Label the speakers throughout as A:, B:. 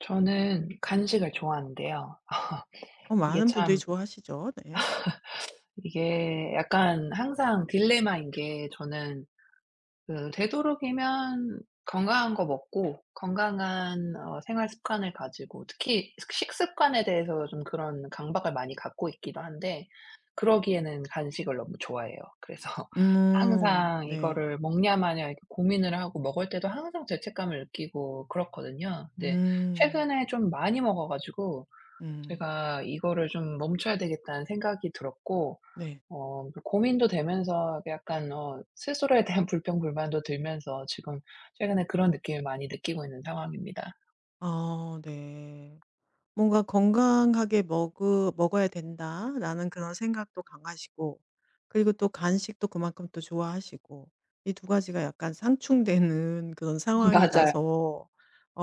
A: 저는 간식을 좋아하는데요.
B: 어
A: 이게
B: 많은 분들이
A: 참
B: 좋아하시죠. 네.
A: 이게 약간 항상 딜레마인 게 저는 그 되도록이면 건강한 거 먹고 건강한 생활 습관을 가지고, 특히 식 식습관에 대해서 좀 그런 강박을 많이 갖고 있기도 한데, 그러기에는 간식을 너무 좋아해요. 그래서 항상
B: 네.
A: 이거를 먹냐 마냐 이렇게 고민을 하고, 먹을 때도 항상 죄책감을 느끼고 그렇거든요. 근데
B: 음.
A: 최근에 좀 많이 먹어 가지고
B: 음.
A: 제가 이거를 좀 멈춰야 되겠다는 생각이 들었고,
B: 네.
A: 고민도 되면서 약간 스스로에 대한 불평 불만도 들면서 지금 최근에 그런 느낌을 많이 느끼고 있는 상황입니다.
B: 아 네. 뭔가 '건강하게 먹으 먹어야 된다.'라는 그런 생각도 강하시고. 그리고 또 간식도 그만큼 또 좋아하시고, 이 두 가지가 약간 상충되는 그런
A: 맞아요.
B: 상황이라서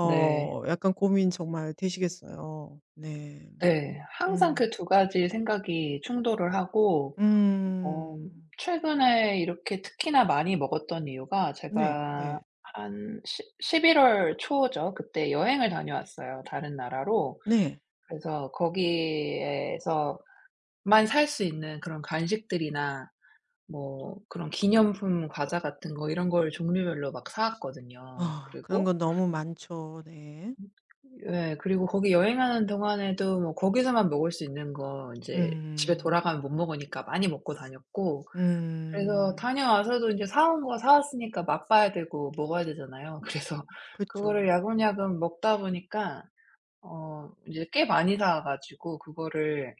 A: 네.
B: 약간 고민 정말 되시겠어요. 네.
A: 네. 항상
B: 음.
A: 그 두 가지 생각이 충돌을 하고, 어
B: 음.
A: 최근에 이렇게 특히나 많이 먹었던 이유가
B: 네.
A: 제가,
B: 네.
A: 한 시 11월 초죠. 그때 여행을 다녀왔어요, 다른 나라로.
B: 네.
A: 그래서 거기에서 만 살 수 있는 그런 간식들이나 뭐 그런 기념품 과자 같은 거 이런 걸 종류별로 막 사 왔거든요.
B: 아 그런
A: 그리고,
B: 건 너무 많죠. 네.
A: 예, 그리고 거기 여행하는 동안에도 뭐 거기서만 먹을 수 있는 거 인제 집에
B: 음.
A: 돌아가면 못 먹으니까 많이 먹고 다녔고, 그래서
B: 음.
A: 다녀와서도 인제 사온 거 사 왔으니까 맛봐야 되고 먹어야 되잖아요. 그래서 그거를
B: 그쵸.
A: 야금야금 먹다 보니까 인제 꽤 많이 사와 가지고, 그거를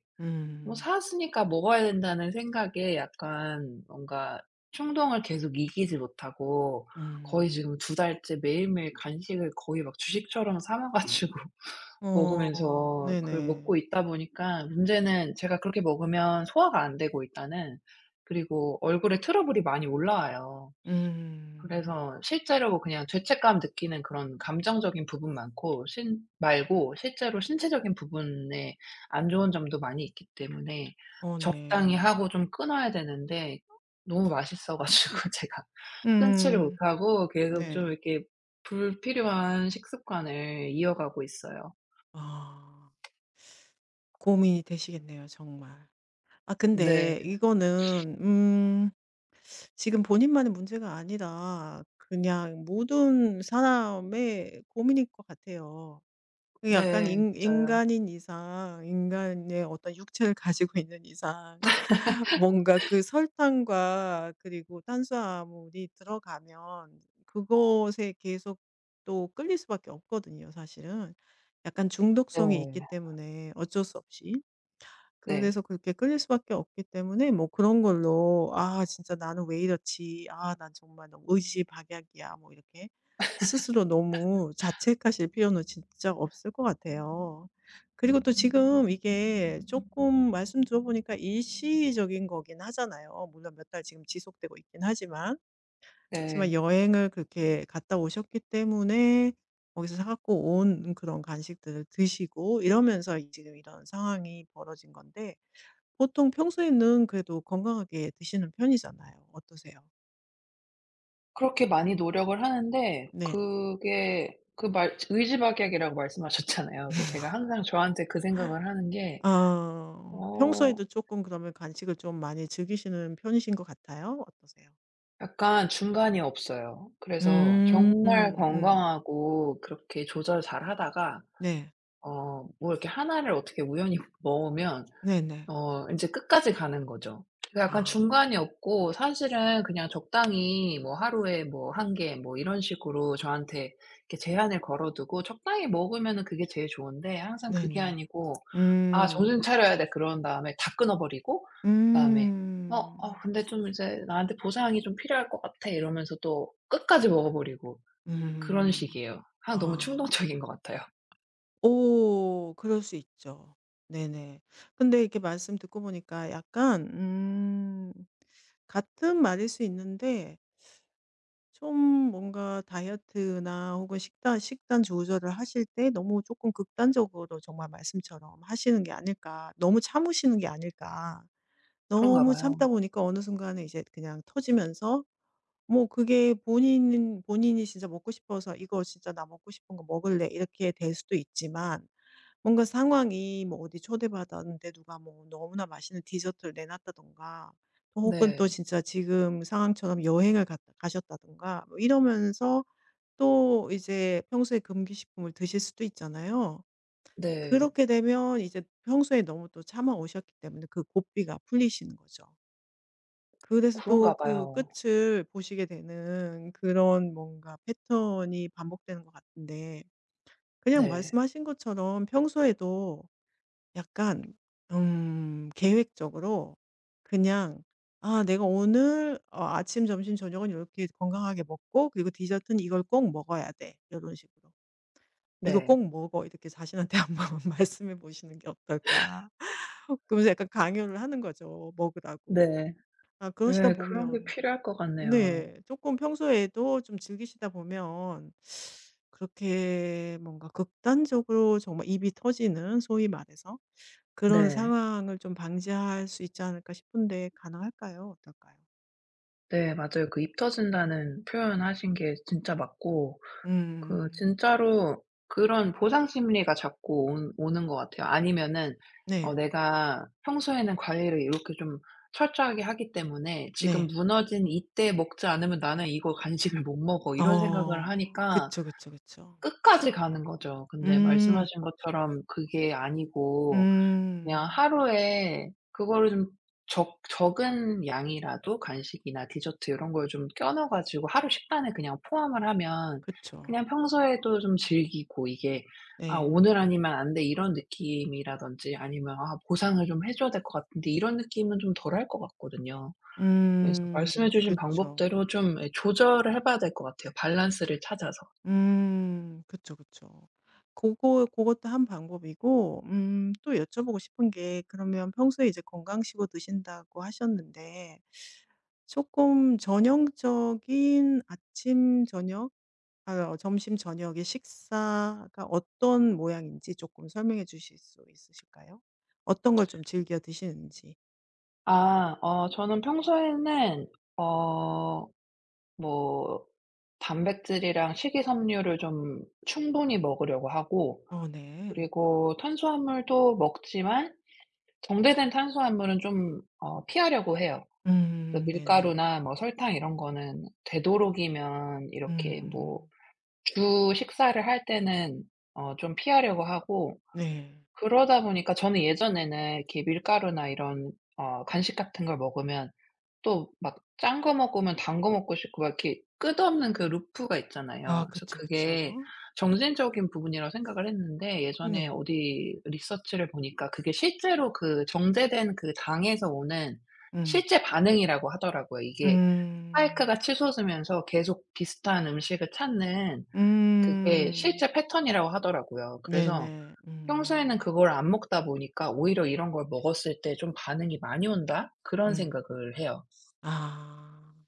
A: 뭐
B: 음.
A: 샀으니까 먹어야 된다는 생각에 약간 뭔가 충동을 계속 이기지 못하고 거의
B: 음.
A: 지금 두 달째 매일매일 간식을 거의 막 주식처럼 사먹 가지고
B: 어
A: 먹으면서, 그걸
B: 네네.
A: 먹고 있다 보니까 문제는 제가 그렇게 먹으면 소화가 안 되고 일단은, 그리고 얼굴에 트러블이 많이 올라와요.
B: 음.
A: 그래서 실제로 그냥 죄책감 느끼는 그런 감정적인 부분 많고 신 말고 실제로 신체적인 부분에 안 좋은 점도 많이 있기 때문에
B: 어
A: 적당히
B: 네.
A: 하고 좀 끊어야 되는데, 너무 맛있어 가지고 제가 끊지를
B: 음.
A: 못하고 계속
B: 네.
A: 좀 이렇게 불필요한 식습관을 이어가고 있어요.
B: 아 고민이 되시겠네요 정말. 아 근데
A: 네.
B: 이거는 지금 본인만의 문제가 아니라 그냥 모든 사람의 고민일 것 같아요. 그 약간
A: 네,
B: 인
A: 맞아요.
B: 인간인 이상, 인간의 어떤 육체를 가지고 있는 이상 뭔가 그 설탕과 그리고 탄수화물이 들어가면 그것에 계속 또 끌릴 수밖에 없거든요 사실은. 약간 중독성이 있기
A: 네.
B: 때문에 어쩔 수 없이.
A: 네.
B: 그래서 그렇게 끌릴 수밖에 없기 때문에 뭐 그런 걸로 '아 진짜 나는 왜 이렇지. 아 난 정말 너무 의지박약이야.' 뭐 이렇게 스스로 너무 자책하실 필요는 진짜 없을 것 같아요. 그리고 또 지금 이게 조금 말씀 들어보니까 일시적인 거긴 하잖아요. 물론 몇 달 지금 지속되고 있긴 하지만. 하지만
A: 네.
B: 여행을 그렇게 갔다 오셨기 때문에 거기서 사 갖고 온 그런 간식들을 드시고 이러면서 지금 이런 상황이 벌어진 건데, 보통 평소에는 그래도 건강하게 드시는 편이잖아요. 어떠세요?
A: 그렇게 많이 노력을 하는데,
B: 네.
A: 그게 그 말 의지박약이라고 말씀하셨잖아요. 그래서 제가 항상 저한테 그 생각을 하는 게,
B: 아
A: 어
B: 평소에도 조금 그러면 간식을 좀 많이 즐기시는 편이신 것 같아요. 어떠세요?
A: 약간 중간이 없어요. 그래서
B: 음.
A: 정말
B: 음.
A: 건강하고 그렇게 조절 잘하다가
B: 네.
A: 뭐 이렇게 하나를 어떻게 우연히 먹으면
B: 네네.
A: 인제 끝까지 가는 거죠. 그 약간
B: 아.
A: 중간이 없고 사실은 그냥 적당히 뭐 하루에 뭐 한 개 뭐 이런 식으로 저한테 이렇게 제한을 걸어 두고 적당히 먹으면은 그게 제일 좋은데, 항상 그게
B: 네네.
A: 아니고 '아, 정신
B: 음.
A: 차려야 돼.' 그런 다음에 다 끊어 버리고, 그다음에
B: 음.
A: 근데 좀 이제 나한테 보상이 좀 필요할 것 같아.' 이러면서 또 끝까지 먹어 버리고, 그런
B: 음.
A: 식이에요. 항상 너무
B: 아.
A: 충동적인 것 같아요.
B: 오. 그럴 수 있죠. 네네. 근데 이렇게 말씀 듣고 보니까 약간 같은 말일 수 있는데, 좀 뭔가 다이어트나 혹은 식단 조절을 하실 때 너무 조금 극단적으로 정말 말씀처럼 하시는 게 아닐까. 너무 참으시는 게 아닐까.
A: 그런가
B: 너무
A: 봐요.
B: 참다 보니까 어느 순간에 이제 그냥 터지면서, 뭐 그게 본인이 진짜 먹고 싶어서 "이거 진짜 나 먹고 싶은 거 먹을래." 이렇게 될 수도 있지만, 뭔가 상황이 뭐 어디 초대받았는데 누가 뭐 너무나 맛있는 디저트를 내놨다든가, 또 혹은 또
A: 네.
B: 진짜 지금 상황처럼 여행을 갔다 가셨다든가 뭐 이러면서 또 이제 평소에 금기식품을 드실 수도 있잖아요.
A: 네.
B: 그렇게 되면 이제 평소에 너무 또 참아 오셨기 때문에 그 고삐가 풀리시는 거죠. 그래서 또
A: 그런가
B: 그
A: 봐요.
B: 끝을 보시게 되는, 그런 뭔가 패턴이 반복되는 것 같은데. 그냥
A: 네.
B: 말씀하신 것처럼 평소에도 약간 계획적으로 그냥 '아 내가 오늘 어 아침, 점심, 저녁은 이렇게 건강하게 먹고 그리고 디저트는 이걸 꼭 먹어야 돼.' 이런 식으로 '이거
A: 네.
B: 꼭 먹어.' 이렇게 자신한테 한번 말씀해 보시는 게 어떨까?' 그러면서 약간 강요를 하는 거죠, 먹으라고.
A: 네.
B: 아 그러시다
A: 예, 그런 게
B: 보면,
A: 필요할 것 같네요.
B: 네 조금 평소에도 좀 즐기시다 보면 그렇게 뭔가 극단적으로 정말 입이 터지는, 소위 말해서 그런
A: 네.
B: 상황을 좀 방지할 수 있지 않을까 싶은데 가능할까요? 어떨까요?
A: 네, 맞아요. 그 입 터진다는 표현하신 게 진짜 맞고, 그
B: 음.
A: 진짜로 그런 보상 심리가 자꾸 온 오는 것 같아요. 아니면은
B: 네.
A: 내가 평소에는 관리를 이렇게 좀 철저하게 하기 때문에 지금
B: 네.
A: 무너진 이때 먹지 않으면 '나는 이거 간식을 못 먹어.' 이런 생각을
B: 어.
A: 하니까
B: 그쵸, 그쵸, 그쵸.
A: 끝까지 가는 거죠. 근데
B: 음.
A: 말씀하신 것처럼 그게 아니고, 그냥
B: 음.
A: 하루에 그거를 좀 적 적은 양이라도 간식이나 디저트 이런 걸 좀 껴 넣어 가지고 하루 식단에 그냥 포함을 하면
B: 그쵸.
A: 그냥 평소에도 좀 즐기고, 이게 '아,
B: 네.
A: 오늘 아니면 안 돼.' 이런 느낌이라든지, 아니면 '아, 보상을 좀 해 줘야 될 것 같은데.' 이런 느낌은 좀 덜할 것 같거든요. 그래서
B: 음.
A: 말씀해 주신
B: 그쵸.
A: 방법대로 좀, 예, 조절을 해 봐야 될 것 같아요, 밸런스를 찾아서.
B: 음. 그쵸, 그쵸. 고거 고것도 한 방법이고, 또 여쭤보고 싶은 게, 그러면 평소에 이제 건강식으로 드신다고 하셨는데 쪼끔 전형적인 아침 저녁, 아 점심 저녁에 식사가 어떤 모양인지 조금 설명해 주실 수 있으실까요? 어떤 걸 좀 즐겨 드시는지.
A: 아, 저는 평소에는 어 뭐 단백질이랑 식이섬유를 좀 충분히 먹으려고 하고,
B: 어 네.
A: 그리고 탄수화물도 먹지만 정제된 탄수화물은 좀 피하려고 해요. 그래서
B: 네네.
A: 밀가루나 뭐 설탕 이런 거는 되도록이면 이렇게 뭐
B: 음
A: 주 식사를 할 때는 좀 피하려고 하고,
B: 네.
A: 그러다 보니까 저는 예전에는 이렇게 밀가루나 이런 간식 같은 걸 먹으면 또 막 짠 거 먹으면 단 거 먹고 싶고 막 이렇게 끝없는 그 루프가
B: 아
A: 있잖아요. 그래서
B: 그쵸,
A: 그게
B: 그쵸.
A: 정신적인 부분이라고 생각을 했는데, 예전에
B: 네.
A: 어디 리서치를 보니까 그게 실제로 그 정제된 그 당에서 오는
B: 음.
A: 실제 반응이라고 하더라고요. 이게
B: 음.
A: 스파이크가 치솟으면서 계속 비슷한 음식을 찾는 그게
B: 음.
A: 실제 패턴이라고 하더라고요. 그래서
B: 네네.
A: 평소에는
B: 음.
A: 그걸 안 먹다 보니까 '오히려 이런 걸 먹었을 때 좀 반응이 많이 온다.' 그런
B: 음.
A: 생각을 해요.
B: 아.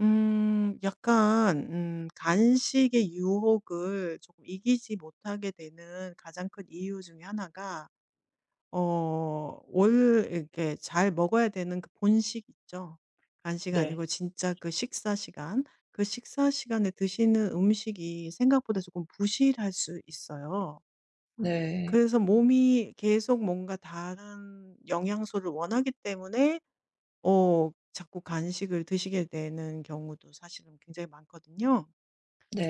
B: 약간 간식의 유혹을 조금 이기지 못하게 되는 가장 큰 이유 중에 하나가 어 올 이렇게 잘 먹어야 되는 그 본식 있죠. 간식
A: 네.
B: 아니고 진짜 그 식사 시간. 그 식사 시간에 드시는 음식이 생각보다 조금 부실할 수 있어요.
A: 네.
B: 그래서 몸이 계속 뭔가 다른 영양소를 원하기 때문에 어 자꾸 간식을 드시게 되는 경우도 사실은 굉장히 많거든요.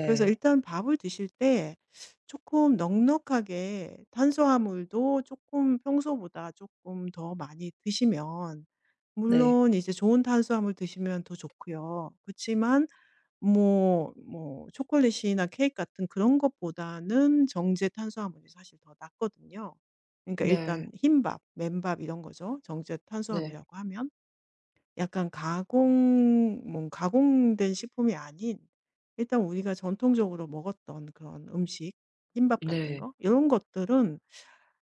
B: 그래서 일단 밥을 드실 때 조금 넉넉하게 탄수화물도 조금 평소보다 조금 더 많이 드시면,
A: 네.
B: 물론 이제 좋은 탄수화물 드시면 더 좋고요. 그렇지만 뭐 뭐 초콜릿이나 케이크 같은 그런 것보다는 정제 탄수화물이 사실 더 낫거든요. 그러니까
A: 네.
B: 일단 흰밥, 맨밥 이런 거죠, 정제
A: 네.
B: 탄수화물이라고 하면. 약간 가공된 식품이 아닌, 일단 우리가 전통적으로 먹었던 그런 음식, 김밥 같은
A: 네.
B: 거 이런 것들은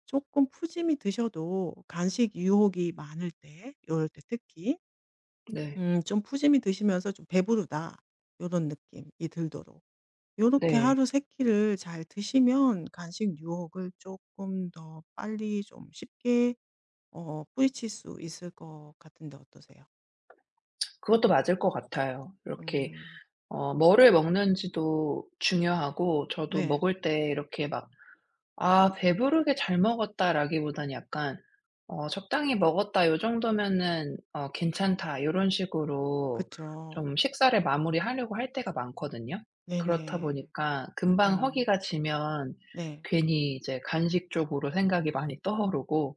B: 조금 푸짐히 드셔도, 간식 유혹이 많을 때 요럴 때 특히
A: 네.
B: 좀 푸짐히 드시면서 좀 '배부르다.' 이런 느낌이 들도록 요렇게
A: 네.
B: 하루 3 끼를 잘 드시면 간식 유혹을 조금 더 빨리 좀 쉽게 어 뿌리칠 수 있을 것 같은데 어떠세요?
A: 그것도 맞을 것 같아요. 이렇게
B: 음.
A: 뭐를 먹는지도 중요하고, 저도
B: 네.
A: 먹을 때 이렇게 막 '아, 배부르게 잘 먹었다.'라기보다는 약간 '적당히 먹었다. 요 정도면은 괜찮다.' 요런 식으로 좀
B: 그쵸.
A: 식사를 마무리하려고 할 때가 많거든요. 그렇다
B: 네네.
A: 보니까 금방
B: 음
A: 허기가 지면
B: 네.
A: 괜히 이제 간식 쪽으로 생각이 많이 떠오르고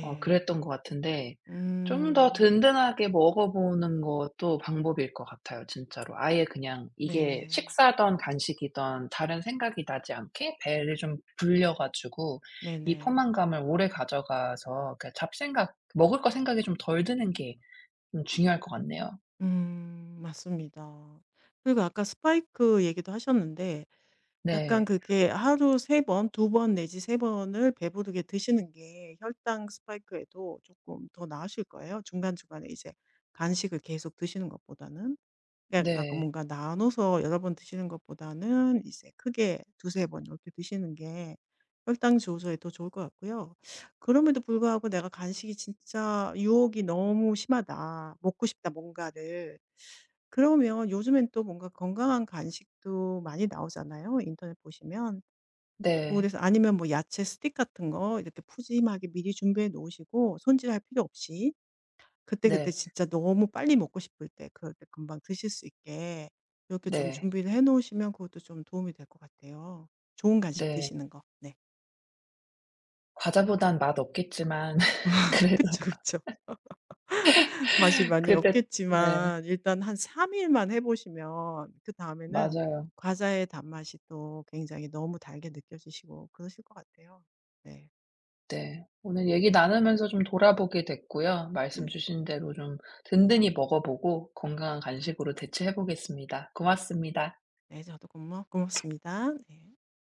A: 그랬던 것 같은데, 좀 더
B: 음.
A: 든든하게 먹어보는 것도 방법일 것 같아요, 진짜로. 아예 그냥 이게
B: 네네.
A: 식사든 간식이든 다른 생각이 나지 않게 배를 좀 불려 가지고 이
B: 네네.
A: 포만감을 오래 가져가서 그 잡생각, 먹을 거 생각이 좀 덜 드는 게 좀 중요할 것 같네요.
B: 음. 맞습니다. 그리고 아까 스파이크 얘기도 하셨는데, 약간
A: 네.
B: 그게 하루 3 번, 2번 내지 3 번을 배부르게 드시는 게 혈당 스파이크에도 조금 더 나으실 거예요, 중간중간에 이제 간식을 계속 드시는 것보다는. 그러니까 아까
A: 네.
B: 뭔가 나눠서 여러 번 드시는 것보다는 이제 크게 두세 번 이렇게 드시는 게 혈당 조절에 더 좋을 것 같고요. 그럼에도 불구하고 '내가 간식이 진짜 유혹이 너무 심하다. 먹고 싶다 뭔가를.' 그러면 요즘엔 또 뭔가 건강한 간식도 많이 나오잖아요, 인터넷 보시면.
A: 네.
B: 그래서 아니면 뭐 야채 스틱 같은 거 이렇게 푸짐하게 미리 준비해 놓으시고, 손질할 필요 없이 그때그때
A: 네.
B: 진짜 너무 빨리 먹고 싶을 때 그럴 때 금방 드실 수 있게 이렇게 좀
A: 네.
B: 준비를 해 놓으시면 그것도 좀 도움이 될 것 같아요. 좋은 간식
A: 네.
B: 드시는 거. 네.
A: 과자보단 맛 없겠지만 그래도,
B: 그쵸, 그쵸. 맛이 많이
A: 그때, 네.
B: 없겠지만 일단 한 3 일만 해 보시면 그다음에는
A: 맞아요.
B: 과자의 단맛이 또 굉장히 너무 달게 느껴지시고 그러실 것 같아요. 네.
A: 네. 오늘 얘기 나누면서 좀 돌아보게 됐고요. 말씀
B: 음.
A: 주신 대로 좀 든든히 먹어 보고 건강한 간식으로 대체해 보겠습니다. 고맙습니다.
B: 네. 저도 고마 고맙습니다. 네.